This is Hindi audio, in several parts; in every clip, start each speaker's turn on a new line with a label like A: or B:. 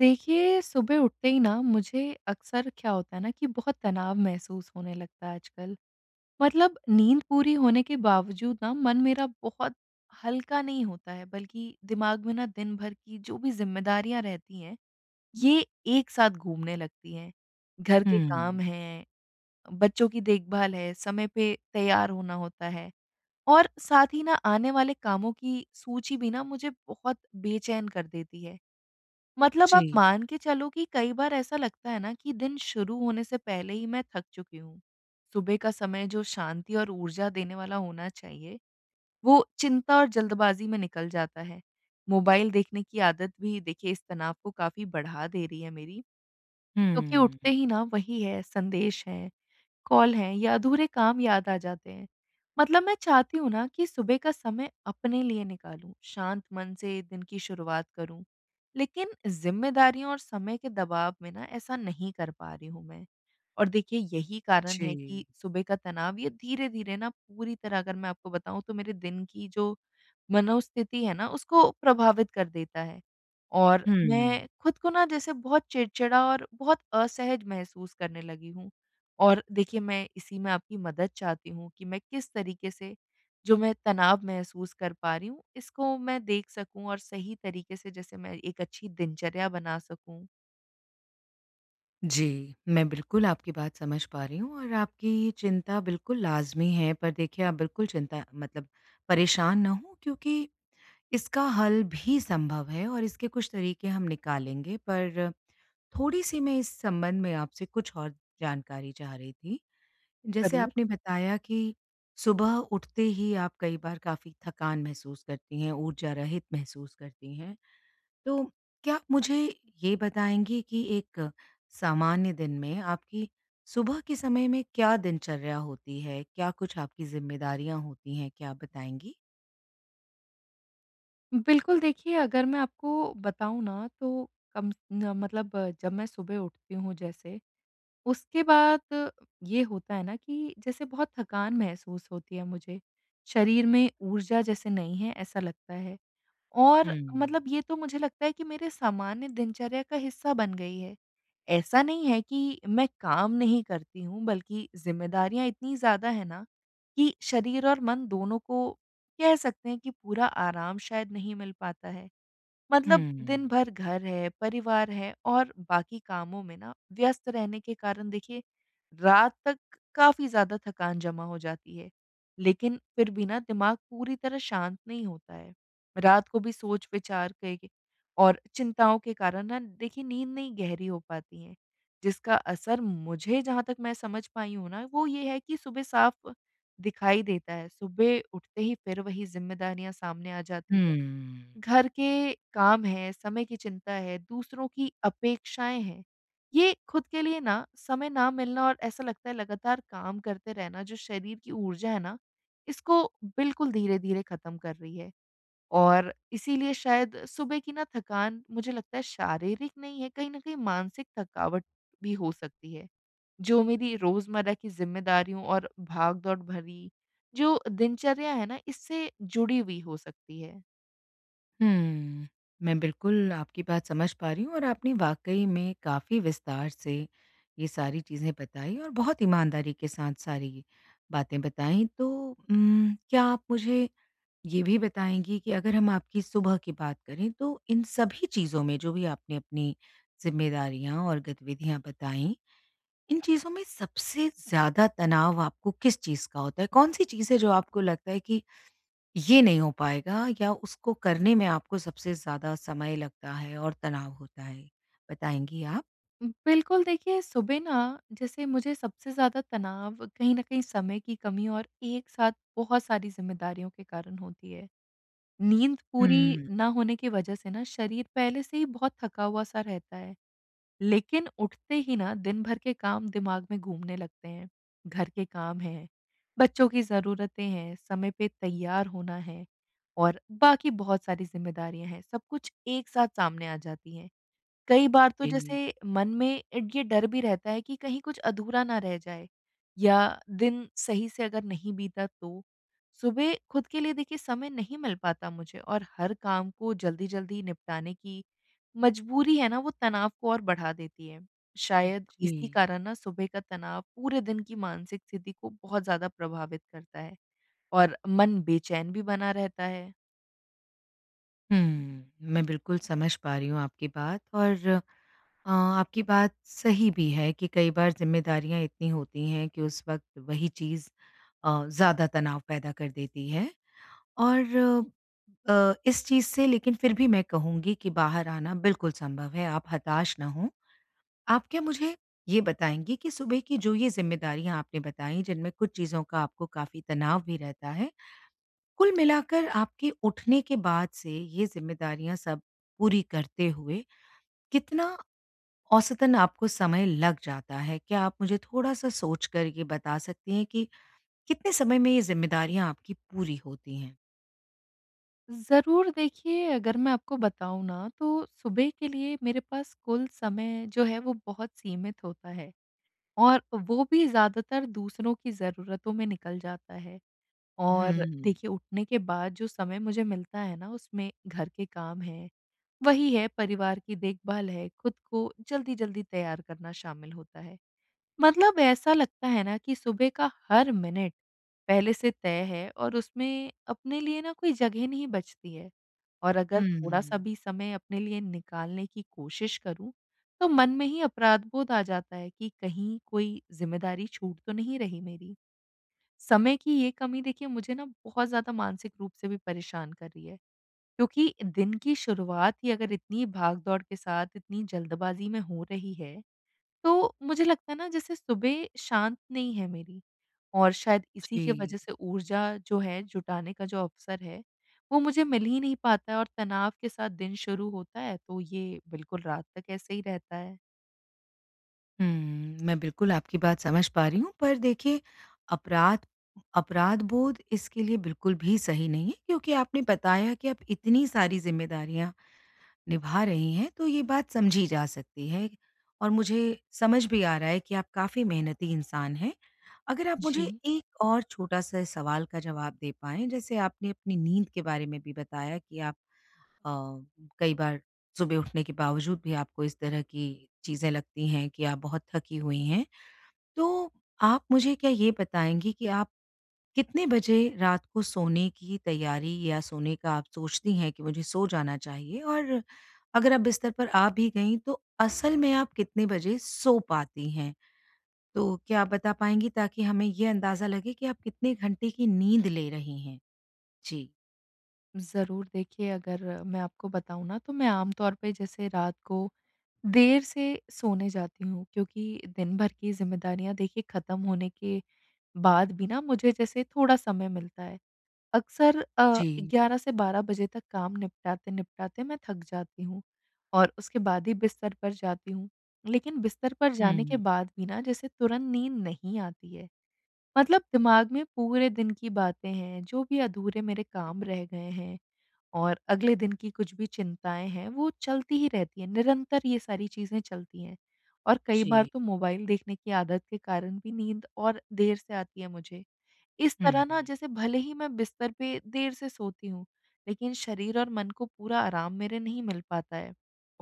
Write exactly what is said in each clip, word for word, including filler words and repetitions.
A: देखिए, सुबह उठते ही ना मुझे अक्सर क्या होता है ना कि बहुत तनाव महसूस होने लगता है आजकल। मतलब नींद पूरी होने के बावजूद ना मन मेरा बहुत हल्का नहीं होता है, बल्कि दिमाग में ना दिन भर की जो भी ज़िम्मेदारियाँ रहती हैं, ये एक साथ घूमने लगती हैं। घर के काम
B: हुँ,
A: हैं, बच्चों की देखभाल है, समय पे तैयार होना होता है और साथ ही ना आने वाले कामों की सूची भी ना मुझे बहुत बेचैन कर देती है। मतलब
B: जी।
A: आप मान के चलो कि कई बार ऐसा लगता है ना कि दिन शुरू होने से पहले ही मैं थक चुकी हूँ। सुबह का समय जो शांति और ऊर्जा देने वाला होना चाहिए, वो चिंता और जल्दबाजी में निकल जाता है। मोबाइल देखने की आदत भी देखिए इस तनाव को काफ़ी बढ़ा दे रही है मेरी, क्योंकि
B: हुँ,
A: उठते ही ना वही है, संदेश है। कॉल हैं या अधूरे काम याद आ जाते हैं। मतलब मैं चाहती हूँ ना कि सुबह का समय अपने लिए निकालूँ, शांत मन से दिन की शुरुआत करूँ। लेकिन ज़िम्मेदारियों और समय के दबाव में ना ऐसा नहीं कर पा रही हूँ मैं। और देखिए यही कारण है कि
B: जी।
A: सुबह का तनाव ये धीरे-धीरे ना पूरी तरह, अगर मैं आपको बताऊँ तो, मेरे दिन की जो मनोस्थिति है ना उसको प्रभावित कर देता है। और
B: हुँ,
A: मैं खुद को ना जैसे बहुत चिड़चिड़ा और बहुत असहज महसूस करने लगी हूँ। और देखिए, मैं इसी में आपकी मदद चाहती हूँ कि मैं किस तरीके से जो मैं तनाव महसूस कर पा रही हूँ इसको मैं देख सकूँ और सही तरीके से जैसे मैं एक अच्छी दिनचर्या बना सकूँ।
B: जी। मैं बिल्कुल आपकी बात समझ पा रही हूँ और आपकी ये चिंता बिल्कुल लाज़मी है। पर देखिए, आप बिल्कुल चिंता मतलब परेशान ना हों, क्योंकि इसका हल भी संभव है और इसके कुछ तरीके हम निकालेंगे। पर थोड़ी-सी मैं इस संबंध में आपसे कुछ और जानकारी चाह रही थी। जैसे
A: ज़रूर।
B: आपने बताया कि सुबह उठते ही आप कई बार काफ़ी थकान महसूस करती हैं, ऊर्जा रहित महसूस करती हैं। तो क्या आप मुझे ये बताएँगी कि एक सामान्य दिन में आपकी सुबह के समय में क्या दिनचर्या होती है? क्या कुछ आपकी ज़िम्मेदारियाँ होती हैं? क्या आप बताएँगी?
A: बिल्कुल देखिए, अगर मैं आपको बताऊँ ना तो कम न मतलब अ, जब मैं सुबह उठती हूँ जैसे, उसके बाद अ, ये होता है ना कि जैसे बहुत थकान महसूस होती है मुझे। शरीर में ऊर्जा जैसे नहीं है, ऐसा लगता है। और
B: हुँ।
A: मतलब ये तो मुझे लगता है कि मेरे सामान्य दिनचर्या का हिस्सा बन गई है। ऐसा नहीं है कि मैं काम नहीं करती हूँ, बल्कि ज़िम्मेदारियाँ इतनी ज़्यादा हैं ना, कि शरीर और मन दोनों को कह सकते हैं कि पूरा आराम शायद नहीं मिल पाता है। मतलब दिन
B: हुँ।
A: भर घर है, परिवार है और बाकी कामों में ना व्यस्त रहने के कारण देखिए रात तक काफ़ी ज़्यादा थकान जमा हो जाती है। लेकिन फिर भी ना दिमाग पूरी तरह शांत नहीं होता है। रात को भी सोच-विचार के और चिंताओं के कारण ना देखिए नींद नहीं गहरी हो पाती है। जिसका असर मुझे, जहाँ तक मैं समझ पाई हूँ ना, वो ये है कि सुबह साफ दिखाई देता है। सुबह उठते ही फिर वही ज़िम्मेदारियाँ सामने आ जाती है।
B: हुँ।
A: घर के काम हैं, समय की चिंता है, दूसरों की अपेक्षाएँ हैं, ये खुद के लिए ना समय ना मिलना, और ऐसा लगता है लगातार काम करते रहना जो शरीर की ऊर्जा है ना, इसको बिल्कुल धीरे-धीरे ख़त्म कर रही है। और इसीलिए शायद सुबह की ना थकान, मुझे लगता है, शारीरिक नहीं है, कहीं न कहीं मानसिक थकावट भी हो सकती है, जो मेरी रोज़मर्रा की ज़िम्मेदारियों और भाग-दौड़ भरी जो दिनचर्या है ना, इससे जुड़ी हुई हो सकती है।
B: हुँ। मैं बिल्कुल आपकी बात समझ पा रही हूँ और आपने वाक़ई में काफ़ी विस्तार से ये सारी चीज़ें बताई और बहुत ईमानदारी के साथ सारी बातें बताई। तो उम, क्या आप मुझे ये भी बताएँगी कि अगर हम आपकी सुबह की बात करें, तो इन सभी चीज़ों में जो भी आपने अपनी ज़िम्मेदारियाँ और गतिविधियाँ बताई, इन चीज़ों में सबसे ज़्यादा तनाव आपको किस चीज़ का होता है? कौन-सी चीज़ है जो आपको लगता है कि ये नहीं हो पाएगा या उसको करने में आपको सबसे ज़्यादा समय लगता है और तनाव होता है? बताएँगी आप?
A: बिल्कुल देखिए, सुबह ना जैसे मुझे सबसे ज़्यादा तनाव कहीं न कहीं समय की कमी और एक साथ बहुत सारी ज़िम्मेदारियों के कारण होती है। नींद पूरी
B: हुँ,
A: ना होने की वज़ह से ना शरीर पहले से ही बहुत थका हुआ-सा रहता है, लेकिन उठते ही ना दिन भर के काम दिमाग में घूमने लगते हैं। घर के काम हैं, बच्चों की ज़रूरतें हैं, समय पे तैयार होना है और बाकी बहुत सारी ज़िम्मेदारियाँ हैं, सब कुछ एक साथ सामने आ जाती हैं। कई बार तो जैसे
B: जी,
A: मन में ये डर भी रहता है कि कहीं कुछ अधूरा ना रह जाए, या दिन सही से अगर नहीं बीता तो। सुबह खुद के लिए देखिए समय नहीं मिल पाता मुझे, और हर काम को जल्दी-जल्दी निपटाने की मजबूरी है ना वो तनाव को और बढ़ा देती है। शायद
B: जी।
A: इसी कारण ना सुबह का तनाव पूरे दिन की मानसिक स्थिति को बहुत ज़्यादा प्रभावित करता है और मन बेचैन भी बना रहता है।
B: हुँ, मैं बिल्कुल समझ पा रही हूँ आपकी बात, और अ, आपकी बात सही भी है कि कई बार ज़िम्मेदारियाँ इतनी होती हैं कि उस वक़्त वही चीज़ अ, ज़्यादा तनाव पैदा कर देती है, और अ, अ, इस चीज़ से, लेकिन फिर भी मैं कहूँगी कि बाहर आना बिल्कुल संभव है, आप हताश ना हों। आप क्या मुझे ये बताएँगी कि सुबह की जो ये ज़िम्मेदारियाँ आपने बताई, जिनमें कुछ चीज़ों का आपको काफ़ी तनाव भी रहता है, कुल मिलाकर आपके उठने के बाद से ये ज़िम्मेदारियाँ सब पूरी करते हुए कितना औसतन आपको समय लग जाता है? क्या आप मुझे थोड़ा-सा सोचकर ये बता सकती हैं कि कितने समय में ये ज़िम्मेदारियाँ आपकी पूरी होती हैं?
A: ज़रूर देखिए, अगर मैं आपको बताऊँ ना, तो सुबह के लिए मेरे पास कुल समय जो है वो बहुत सीमित होता है और वो भी ज़्यादातर दूसरों की ज़रूरतों में निकल जाता है। और
B: हुँ,
A: देखिए, उठने के बाद जो समय मुझे मिलता है ना उसमें घर के काम हैं, वही है, परिवार की देखभाल है, खुद को जल्दी-जल्दी तैयार करना शामिल होता है। मतलब ऐसा लगता है ना कि सुबह का हर मिनट पहले से तय है और उसमें अपने लिए ना कोई जगह नहीं बचती है। और अगर थोड़ा-सा
B: हुँ,
A: भी समय अपने लिए निकालने की कोशिश करूँ, तो मन में ही अपराध-बोध आ जाता है कि कहीं कोई ज़िम्मेदारी छूट तो नहीं रही मेरी। समय की ये कमी देखिए मुझे ना बहुत ज़्यादा मानसिक रूप से भी परेशान कर रही है, क्योंकि दिन की शुरुआत ही अगर इतनी भाग-दौड़ के साथ, इतनी जल्दबाज़ी में हो रही है, तो मुझे लगता है ना जैसे सुबह शांत नहीं है मेरी, और शायद इसी की
B: जी।
A: वजह से ऊर्जा जो है जुटाने का जो अवसर है, वो मुझे मिल ही नहीं पाता है और तनाव के साथ दिन शुरू होता है, तो ये बिल्कुल रात तक ऐसे ही रहता है।
B: हुँ, मैं बिल्कुल आपकी बात समझ पा रही हूँ। पर देखिए, अपराध अपराध बोध इसके लिए बिल्कुल भी सही नहीं है, क्योंकि आपने बताया कि आप इतनी सारी ज़िम्मेदारियाँ निभा रही हैं, तो ये बात समझी जा सकती है और मुझे समझ भी आ रहा है कि आप काफ़ी मेहनती इंसान हैं। अगर आप मुझे
A: जी।
B: एक और छोटा-सा सवाल का जवाब दे पाएँ, जैसे आपने अपनी नींद के बारे में भी बताया कि आप अ, कई बार सुबह उठने के बावजूद भी आपको इस तरह की चीज़ें लगती हैं कि आप बहुत थकी हुई हैं। तो आप मुझे क्या ये बताएँगी कि आप कितने बजे रात को सोने की तैयारी या सोने का आप सोचती हैं कि मुझे सो जाना चाहिए? और अगर आप बिस्तर पर आ भी गईं, तो असल में आप कितने बजे सो पाती हैं? तो क्या आप बता पाएँगी, ताकि हमें ये अंदाज़ा लगे कि आप कितने घंटे की नींद ले रही हैं? जी।
A: ज़रूर, देखिए, अगर मैं आपको बताऊँ ना, तो मैं आमतौर पे जैसे रात को देर से सोने जाती हूँ, क्योंकि दिन भर की ज़िम्मेदारियाँ देखिए ख़त्म होने के बाद भी ना मुझे जैसे थोड़ा समय मिलता है। अक्सर अ,
B: जी।
A: ग्यारह से बारह बजे तक काम निपटाते-निपटाते मैं थक जाती हूँ और उसके बाद ही बिस्तर पर जाती हूँ। लेकिन बिस्तर पर
B: हुँ,
A: जाने के
B: हुँ।
A: बाद भी ना जैसे तुरंत नींद नहीं आती है। मतलब दिमाग में पूरे दिन की बातें हैं, जो भी अधूरे मेरे काम रह गए हैं और अगले दिन की कुछ भी चिंताएँ हैं, वो चलती ही रहती हैं, निरंतर ये सारी चीज़ें चलती हैं। और कई बार
B: जी।
A: तो मोबाइल देखने की आदत के कारण भी नींद और देर से आती है मुझे। इस
B: हुँ,
A: तरह ना
B: हुँ।
A: जैसे भले ही मैं बिस्तर पे देर से सोती हूँ, लेकिन शरीर और मन को पूरा आराम मेरे नहीं मिल पाता है।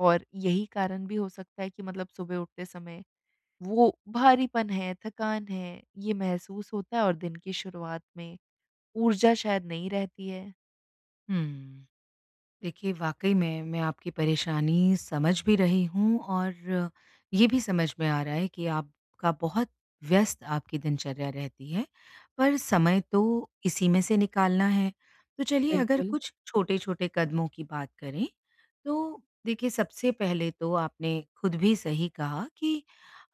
A: और यही कारण भी हो सकता है कि मतलब सुबह उठते समय वो भारीपन है, थकान है, ये महसूस होता है और दिन की शुरुआत में ऊर्जा शायद नहीं रहती है।
B: हुँ। देखिए, वाक़ई में मैं आपकी परेशानी समझ भी रही हूँ और ये भी समझ में आ रहा है कि आपका बहुत व्यस्त आपकी दिनचर्या रहती है, पर समय तो इसी में से निकालना है। तो चलिए, अगर
A: बिल्कुल।
B: कुछ छोटे-छोटे कदमों की बात करें, तो देखिए, सबसे पहले तो आपने खुद भी सही कहा कि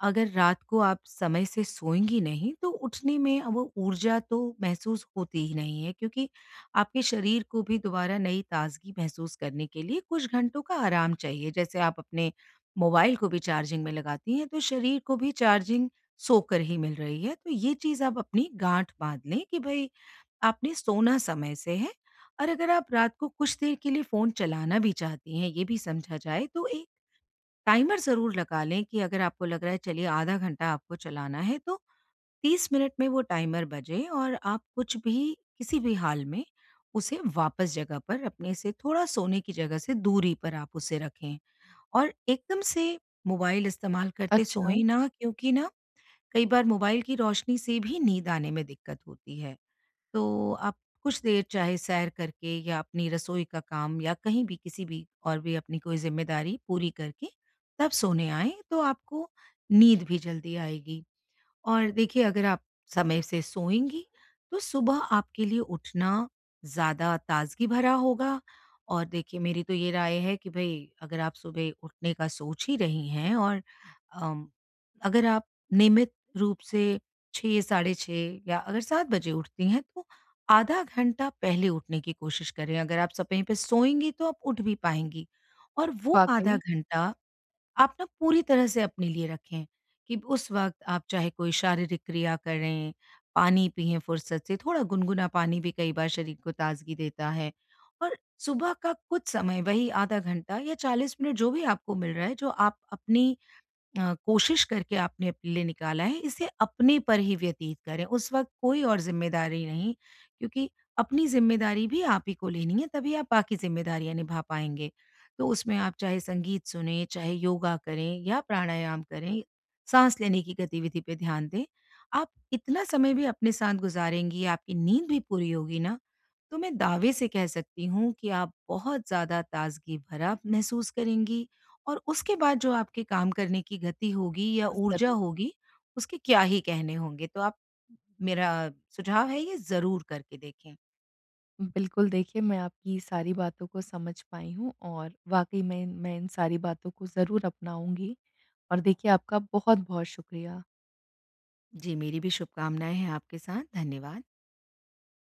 B: अगर रात को आप समय से सोएँगी नहीं, तो उठने में अब वो ऊर्जा तो महसूस होती ही नहीं है, क्योंकि आपके शरीर को भी दोबारा नई ताज़गी महसूस करने के लिए कुछ घंटों का आराम चाहिए। जैसे आप अपने मोबाइल को भी चार्जिंग में लगाती हैं, तो शरीर को भी चार्जिंग सोकर ही मिल रही है। तो ये चीज़ आप अपनी गाँठ बाँध लें कि भई आपने सोना समय से है। और अगर आप रात को कुछ देर के लिए फ़ोन चलाना भी चाहती हैं, ये भी समझा जाए, तो एक टाइमर ज़रूर लगा लें कि अगर आपको लग रहा है, चलिए आधा घंटा आपको चलाना है, तो तीस मिनट में वो टाइमर बजे और आप कुछ भी, किसी भी हाल में, उसे वापस जगह पर, अपने से थोड़ा सोने की जगह से दूरी पर आप उसे रखें, और एकदम से मोबाइल इस्तेमाल करते
A: अच्छा,
B: सोएं ना, क्योंकि ना कई बार मोबाइल की रोशनी से भी नींद आने में दिक्कत होती है। तो आप कुछ देर चाहे सैर करके या अपनी रसोई का काम या कहीं भी किसी भी और भी अपनी कोई ज़िम्मेदारी पूरी करके तब सोने आएँ, तो आपको नींद भी जल्दी आएगी। और देखिए, अगर आप समय से सोएंगी, तो सुबह आपके लिए उठना ज़्यादा ताज़गी भरा होगा। और देखिए, मेरी तो ये राय है कि भई अगर आप सुबह उठने का सोच ही रही हैं, और अम, अगर आप नियमित रूप से छह, साढ़े छह या अगर सात बजे उठती हैं, तो आधा घंटा पहले उठने की कोशिश करें। अगर आप समय पे सोएँगी, तो आप उठ भी पाएँगी, और वो आधा
A: वाक़ई,
B: घंटा आप ना पूरी तरह से अपने लिए रखें, कि उस वक़्त आप चाहे कोई शारीरिक क्रिया करें, पानी पिएँ फ़ुर्सत से। थोड़ा गुनगुना पानी भी कई बार शरीर को ताज़गी देता है, और सुबह का कुछ समय वही आधा घंटा या चालीस मिनट जो भी आपको मिल रहा है, जो आप अपनी अ, कोशिश करके आपने अपने लिए निकाला है, इसे अपने पर ही व्यतीत करें। उस वक़्त कोई और ज़िम्मेदारी नहीं, क्योंकि अपनी ज़िम्मेदारी भी आप ही को लेनी है, तभी आप बाकी ज़िम्मेदारियाँ निभा पाएँगे। तो उसमें आप चाहे संगीत सुनें, चाहे योगा करें या प्राणायाम करें, साँस लेने की गतिविधि पे ध्यान दें। आप इतना समय भी अपने साथ गुज़ारेंगी, आपकी नींद भी पूरी होगी ना, तो मैं दावे से कह सकती हूँ कि आप बहुत ज़्यादा ताज़गी भरा महसूस करेंगी। और उसके बाद जो आपके काम करने की गति होगी या ऊर्जा
A: ज़रूर।
B: होगी, उसके क्या ही कहने होंगे। तो आप, मेरा सुझाव है, ये ज़रूर करके देखें।
A: बिल्कुल, देखिए, मैं आपकी सारी बातों को समझ पाई हूँ और वाक़ई में मैं इन सारी बातों को ज़रूर अपनाऊँगी। और देखिए, आपका बहुत-बहुत शुक्रिया।
B: जी, मेरी भी शुभकामनाएँ हैं आपके साथ। धन्यवाद।